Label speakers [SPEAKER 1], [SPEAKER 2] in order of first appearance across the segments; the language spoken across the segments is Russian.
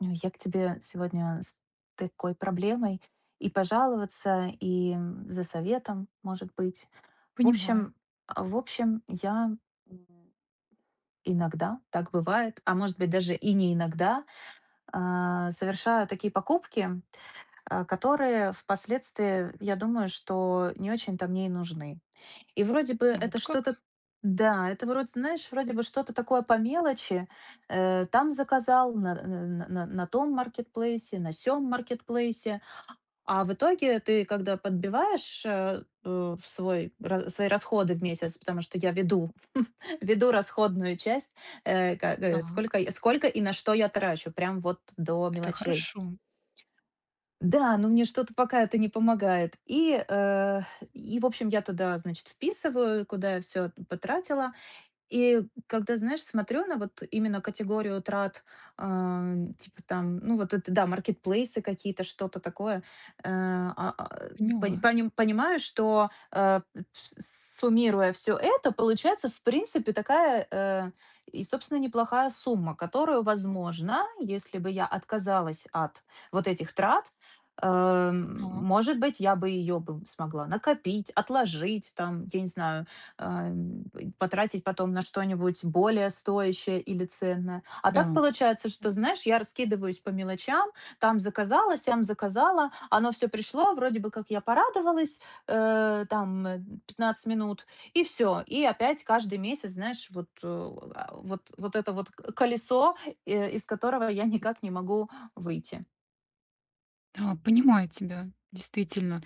[SPEAKER 1] Ну, я к тебе сегодня с такой проблемой и пожаловаться, и за советом, может быть. В
[SPEAKER 2] Понимаю.
[SPEAKER 1] общем, я м, иногда, так бывает, а может быть даже и не иногда, совершаю такие покупки, которые впоследствии, я думаю, что не очень-то мне и нужны. И вроде бы
[SPEAKER 2] Вот
[SPEAKER 1] это что-то
[SPEAKER 2] как.
[SPEAKER 1] да, это вроде, знаешь, вроде бы что-то такое по мелочи. Там заказал, на том маркетплейсе, на сём маркетплейсе. А в итоге ты, когда подбиваешь, в свой ра свои расходы в месяц, потому что я веду веду расходную часть,
[SPEAKER 2] Так,
[SPEAKER 1] сколько и на что я трачу, прям вот до
[SPEAKER 2] это
[SPEAKER 1] мелочей.
[SPEAKER 2] хорошо.
[SPEAKER 1] Да, но мне что-то пока это не помогает. И, в общем, я туда, значит, вписываю, куда я всё потратила. И когда, знаешь, смотрю на вот именно категорию трат, типа там, ну вот это, да, маркетплейсы какие-то, что-то такое, э, а, а,
[SPEAKER 2] Поняла.
[SPEAKER 1] понимаю, что суммируя все это, получается, в принципе, и, собственно, неплохая сумма, которую, возможно, если бы я отказалась от вот этих трат,
[SPEAKER 2] Так,
[SPEAKER 1] может быть, я бы ее бы смогла накопить, отложить, там, я не знаю, ам, потратить потом на что-нибудь более стоящее или ценное. А так
[SPEAKER 2] да.
[SPEAKER 1] получается, что, знаешь, я раскидываюсь по мелочам, там заказала, сям заказала, оно все пришло, вроде бы как я порадовалась, э, там э, 15 минут, и все. И опять каждый месяц, знаешь, вот это вот колесо, из которого я никак не могу выйти.
[SPEAKER 2] Да, понимаю тебя. Действительно,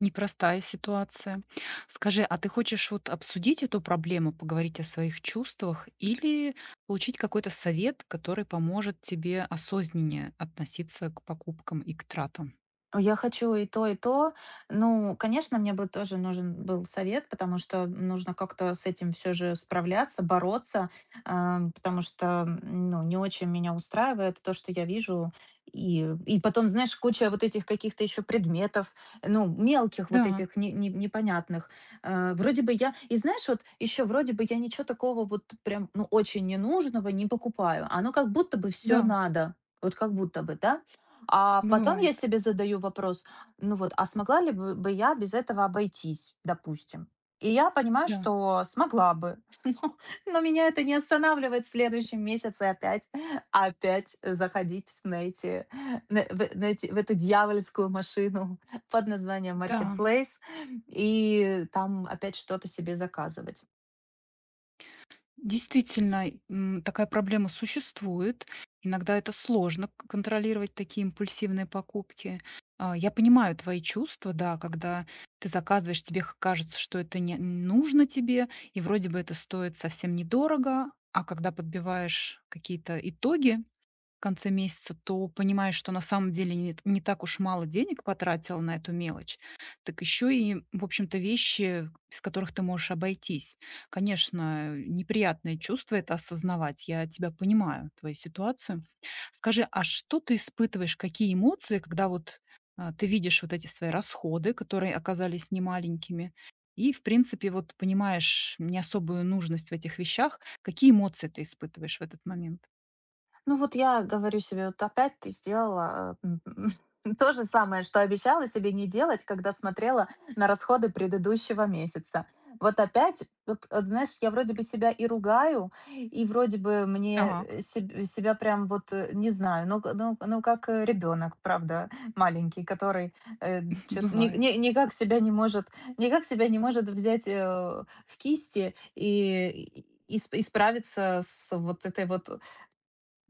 [SPEAKER 2] непростая ситуация. Скажи, а ты хочешь вот обсудить эту проблему, поговорить о своих чувствах или получить какой-то совет, который поможет тебе осознаннее относиться к покупкам и к тратам?
[SPEAKER 1] Ой, я хочу и то, и то. Ну, конечно, мне бы тоже нужен был совет, потому что нужно как-то с этим все же справляться, бороться, потому что, ну, не очень меня устраивает то, что я вижу. И, потом, знаешь, куча вот этих каких-то еще предметов, ну, мелких вот
[SPEAKER 2] Да,
[SPEAKER 1] этих непонятных. Вроде бы я, и знаешь, вот еще вроде бы я ничего такого вот прям, ну, очень ненужного не покупаю. Оно как будто бы все
[SPEAKER 2] да,
[SPEAKER 1] надо. Вот как будто бы, да? А потом я
[SPEAKER 2] бывает.
[SPEAKER 1] себе задаю вопрос, ну вот, а смогла ли бы я без этого обойтись, допустим? И я понимаю,
[SPEAKER 2] Да,
[SPEAKER 1] что смогла бы, но, но меня это не останавливает в следующем месяце опять заходить с- на, эти, на- в, на эти- в эту дьявольскую машину под названием
[SPEAKER 2] да.
[SPEAKER 1] Marketplace и там опять что-то себе заказывать.
[SPEAKER 2] Действительно, такая проблема существует. Иногда это сложно контролировать такие импульсивные покупки. Я понимаю твои чувства, да, когда ты заказываешь, тебе кажется, что это не нужно тебе, и вроде бы это стоит совсем недорого, а когда подбиваешь какие-то итоги в конце месяца, то понимаешь, что на самом деле не так уж мало денег потратила на эту мелочь, так еще и, в общем-то, вещи, без которых ты можешь обойтись. Конечно, неприятное чувство это осознавать, я тебя понимаю, твою ситуацию. Скажи, а что ты испытываешь, какие эмоции, когда вот ты видишь вот эти свои расходы, которые оказались немаленькими, и, в принципе, вот понимаешь не особую нужность в этих вещах, какие эмоции ты испытываешь в этот момент?
[SPEAKER 1] Ну вот я говорю себе, вот опять ты сделала то же самое, что обещала себе не делать, когда смотрела на расходы предыдущего месяца. Вот опять, вот, знаешь, я вроде бы себя и ругаю, и вроде бы мне
[SPEAKER 2] Так.
[SPEAKER 1] себя прям вот, не знаю, ну, ну, ну как ребенок, правда, маленький, который э, чё- ни-
[SPEAKER 2] Бывает.
[SPEAKER 1] ни- никак себя не может, никак себя не может взять в кисти и справиться с вот этой вот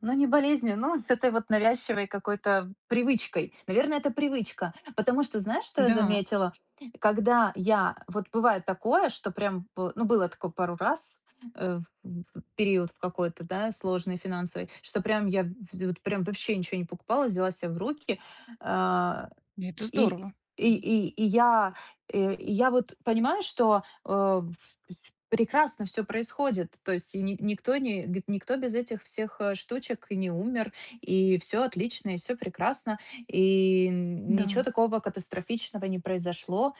[SPEAKER 1] ну, не болезнью, но с этой вот навязчивой какой-то привычкой. Наверное, это привычка. Потому что знаешь, что я
[SPEAKER 2] Да,
[SPEAKER 1] заметила? Когда я вот бывает такое, что прям, б ну, было такое пару раз, в период в какой-то, да, сложный финансовый, что прям я в вот прям вообще ничего не покупала, взяла себя в руки. А,
[SPEAKER 2] и это
[SPEAKER 1] и
[SPEAKER 2] здорово.
[SPEAKER 1] и
[SPEAKER 2] М,
[SPEAKER 1] и и я, и я вот понимаю, что, э, в прекрасно все происходит. То есть и ни никто не г никто без этих всех, штучек и не умер, и все отлично, и все прекрасно, и н
[SPEAKER 2] да,
[SPEAKER 1] ничего такого катастрофичного не произошло.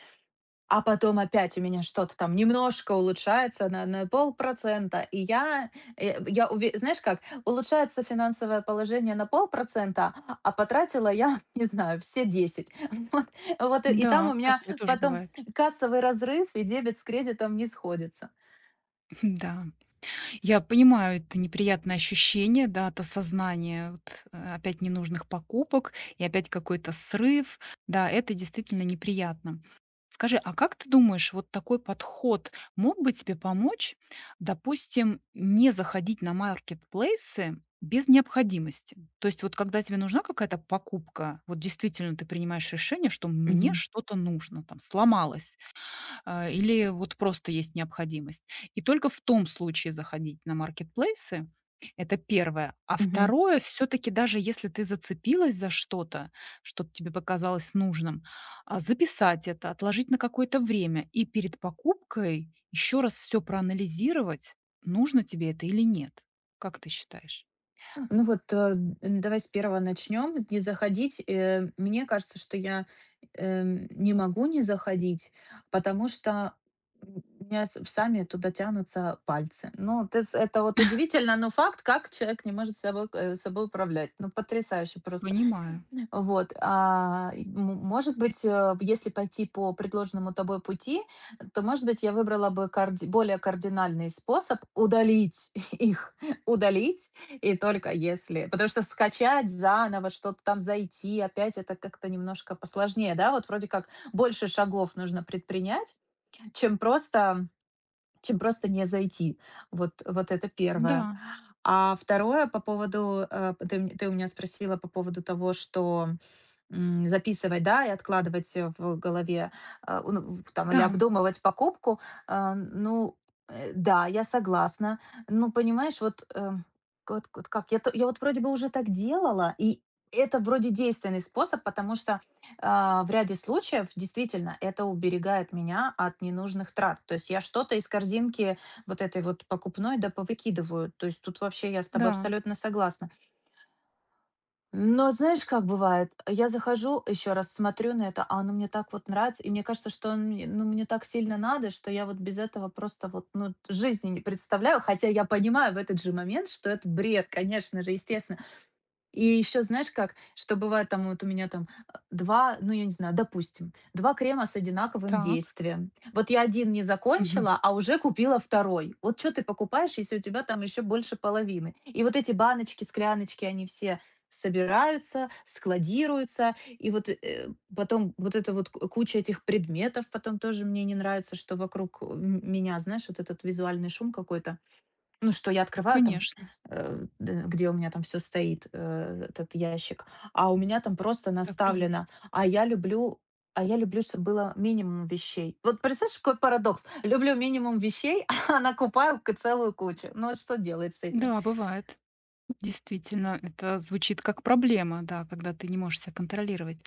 [SPEAKER 1] А потом опять у меня что-то там немножко улучшается на полпроцента, и я, э, я уве знаешь как, улучшается финансовое положение на полпроцента, а потратила я, не знаю, все десять. Вот вот, и там
[SPEAKER 2] да,
[SPEAKER 1] у меня
[SPEAKER 2] такое тоже
[SPEAKER 1] потом
[SPEAKER 2] бывает.
[SPEAKER 1] кассовый разрыв, и дебет с кредитом не сходится.
[SPEAKER 2] Да. Я понимаю это неприятное ощущение, да, от осознания вот, опять ненужных покупок и опять какой-то срыв. Да, это действительно неприятно. Скажи, а как ты думаешь, вот такой подход мог бы тебе помочь, допустим, не заходить на маркетплейсы без необходимости? То есть вот когда тебе нужна какая-то покупка, вот действительно ты принимаешь решение, что мне
[SPEAKER 1] Мгм.
[SPEAKER 2] что-то нужно, там сломалось, или вот просто есть необходимость. И только в том случае заходить на маркетплейсы. Это первое. А
[SPEAKER 1] Мгм.
[SPEAKER 2] второе, все таки даже если ты зацепилась за что-то, что тебе показалось нужным, записать это, отложить на какое-то время и перед покупкой еще раз все проанализировать, нужно тебе это или нет. Как ты считаешь?
[SPEAKER 1] Ну вот, давай с первого начнем. Не заходить. Мне кажется, что я не могу не заходить, потому что у меня сами туда тянутся пальцы. Ну, ты это вот удивительно, но факт, как человек не может собой управлять. Ну, потрясающе просто.
[SPEAKER 2] Понимаю.
[SPEAKER 1] Вот, может быть, если пойти по предложенному тобой пути, то, может быть, я выбрала бы карди более кардинальный способ удалить их, удалить, и только если потому что скачать заново, что-то там зайти, опять это как-то немножко посложнее, да? Вот вроде как больше шагов нужно предпринять, чем просто чем просто не зайти. Вот, это первое.
[SPEAKER 2] Да,
[SPEAKER 1] А второе по поводу, ты у меня спросила по поводу того, что записывать, да, и откладывать в голове, ну, там, или
[SPEAKER 2] да,
[SPEAKER 1] обдумывать покупку. Ну, да, я согласна. Ну, понимаешь, вот, как, я вот вроде бы уже так делала, и это вроде действенный способ, потому что в ряде случаев действительно это уберегает меня от ненужных трат. То есть я что-то из корзинки вот этой вот покупной да повыкидываю. То есть тут вообще я с тобой
[SPEAKER 2] да,
[SPEAKER 1] абсолютно согласна. Но знаешь, как бывает, я захожу, еще раз смотрю на это, а оно мне так вот нравится, и мне кажется, что ну, мне так сильно надо, что я вот без этого просто вот, ну, жизни не представляю, хотя я понимаю в этот же момент, что это бред, конечно же, естественно, и еще знаешь как, что бывает там вот у меня там 2, ну я не знаю, допустим, 2 крема с одинаковым
[SPEAKER 2] так.
[SPEAKER 1] действием. Вот я один не
[SPEAKER 2] Мгм.
[SPEAKER 1] закончила, а уже купила второй. Вот что ты покупаешь, если у тебя там еще больше половины? И вот эти баночки, скляночки, они все собираются, складируются, и вот, потом вот эта вот к куча этих предметов потом тоже мне не нравится, что вокруг, меня, знаешь, вот этот визуальный шум какой-то. Ну, что я открываю там,
[SPEAKER 2] Конечно,
[SPEAKER 1] э, д где у меня там все стоит, этот ящик, а у меня там просто
[SPEAKER 2] так и
[SPEAKER 1] наставлено,
[SPEAKER 2] есть.
[SPEAKER 1] а я люблю, чтоб было минимум вещей. Вот представляешь, какой парадокс? Люблю минимум вещей, а накупаю к целую кучу. Ну, вот что делать с этим?
[SPEAKER 2] Да, бывает. Действительно, это звучит как проблема, да, когда ты не можешь себя контролировать.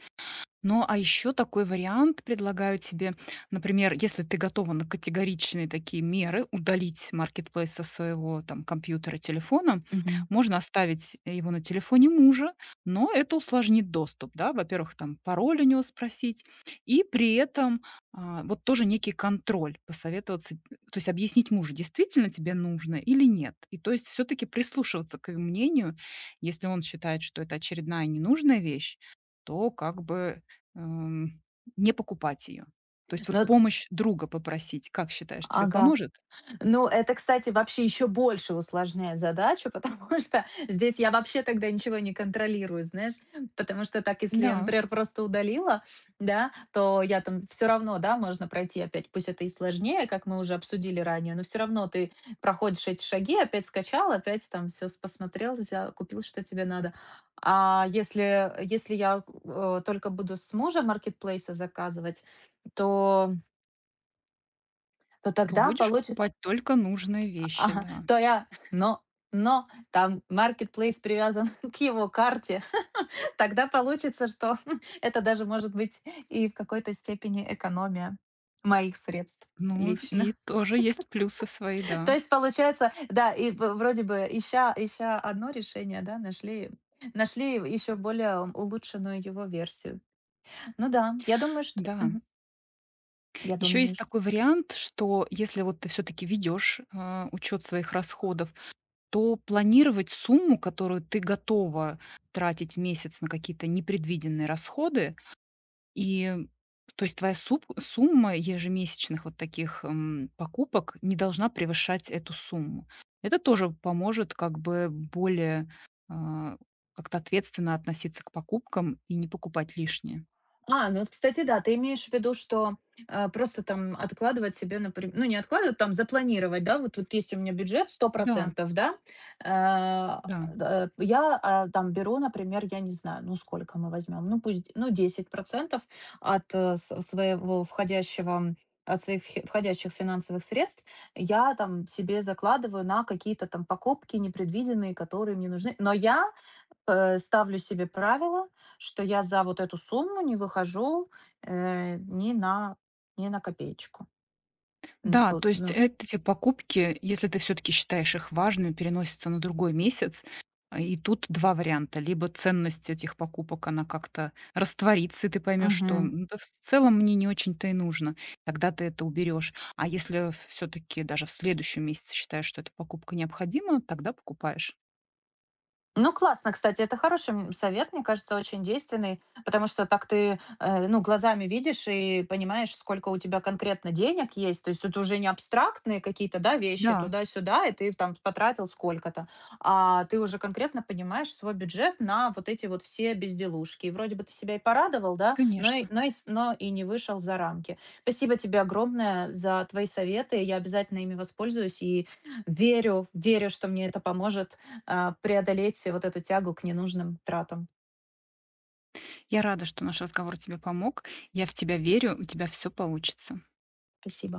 [SPEAKER 2] Ну, а еще такой вариант предлагаю тебе. Например, если ты готова на категоричные такие меры удалить маркетплейс со своего там компьютера, телефона,
[SPEAKER 1] Мгм.
[SPEAKER 2] можно оставить его на телефоне мужа, но это усложнит доступ, да. Во-первых, там пароль у него спросить, и при этом, вот тоже некий контроль, посоветоваться, то есть объяснить мужу, действительно тебе нужно или нет. И то есть все-таки прислушиваться к его мнению. Если он считает, что это очередная ненужная вещь, то как бы Эм, не покупать ее. То есть
[SPEAKER 1] Ну,
[SPEAKER 2] вот помощь друга попросить, как считаешь, тебе
[SPEAKER 1] ага.
[SPEAKER 2] поможет?
[SPEAKER 1] Ну, это, кстати, вообще еще больше усложняет задачу, потому что здесь я вообще тогда ничего не контролирую, знаешь. Потому что так, если я,
[SPEAKER 2] Да,
[SPEAKER 1] например, просто удалила, да, то я там все равно, да, можно пройти опять, пусть это и сложнее, как мы уже обсудили ранее, но все равно ты проходишь эти шаги, опять скачал, опять там все посмотрел, взял, купил, что тебе надо. А если я только буду с мужа маркетплейса заказывать, то, то
[SPEAKER 2] то
[SPEAKER 1] тогда
[SPEAKER 2] будешь
[SPEAKER 1] получится.
[SPEAKER 2] покупать только нужные вещи,
[SPEAKER 1] Ага,
[SPEAKER 2] да.
[SPEAKER 1] то я но там marketplace привязан к его карте. Тогда получится, что это даже может быть и в какой-то степени экономия моих средств
[SPEAKER 2] Ну, и
[SPEAKER 1] личных.
[SPEAKER 2] тоже есть плюсы свои,
[SPEAKER 1] То
[SPEAKER 2] да.
[SPEAKER 1] есть получается, да, и в вроде бы ища одно решение, да, нашли еще более улучшенную его версию. Ну да, я думаю, что
[SPEAKER 2] Да.
[SPEAKER 1] мгм. Я
[SPEAKER 2] Еще
[SPEAKER 1] думаю.
[SPEAKER 2] есть такой вариант, что если вот ты все таки ведешь учет своих расходов, то планировать сумму, которую ты готова тратить в месяц на какие-то непредвиденные расходы. И то есть твоя суп сумма ежемесячных вот таких, покупок не должна превышать эту сумму. Это тоже поможет как бы более, а, как-то ответственно относиться к покупкам и не покупать лишнее.
[SPEAKER 1] Ну вот, кстати, да, ты имеешь в виду, что, просто там откладывать себе, например, ну, не откладывать, там запланировать, да, вот, есть у меня бюджет 100,
[SPEAKER 2] Да,
[SPEAKER 1] да, э,
[SPEAKER 2] да.
[SPEAKER 1] да, я, там беру, например, я не знаю, ну, сколько мы возьмем, ну, пусть, ну, 10% от, э, с своего входящего от своих фи входящих финансовых средств я там себе закладываю на какие-то там покупки непредвиденные, которые мне нужны. Но я. Ставлю себе правило, что я за вот эту сумму не выхожу, э, ни на ни на копеечку. М,
[SPEAKER 2] Да,
[SPEAKER 1] пол
[SPEAKER 2] то есть
[SPEAKER 1] Ну,
[SPEAKER 2] эти покупки, если ты все таки считаешь их важными, переносятся на другой месяц. А и тут 2 варианта: либо ценность этих покупок, она как-то растворится, и ты поймешь, что,
[SPEAKER 1] мгм.
[SPEAKER 2] да, в целом мне не очень-то и нужно. Тогда ты это уберешь. А если все таки даже в следующем месяце считаешь, что эта покупка необходима, тогда покупаешь.
[SPEAKER 1] Ну, классно, кстати, это хороший, совет, мне кажется, очень действенный, потому что так ты, ну, глазами видишь и понимаешь, сколько у тебя конкретно денег есть. То есть это уже не абстрактные какие-то, да, вещи
[SPEAKER 2] Да,
[SPEAKER 1] туда-сюда, и ты там потратил сколько-то, а ты уже конкретно понимаешь свой бюджет на вот эти вот все безделушки. И вроде бы ты себя и порадовал, да, но и,
[SPEAKER 2] конечно.
[SPEAKER 1] но и, с- но и не вышел за рамки. Спасибо тебе огромное за твои советы. Я обязательно ими воспользуюсь и верю, что мне это поможет преодолеть вот эту тягу к ненужным тратам.
[SPEAKER 2] Я рада, что наш разговор тебе помог. Я в тебя верю, у тебя все получится.
[SPEAKER 1] Спасибо.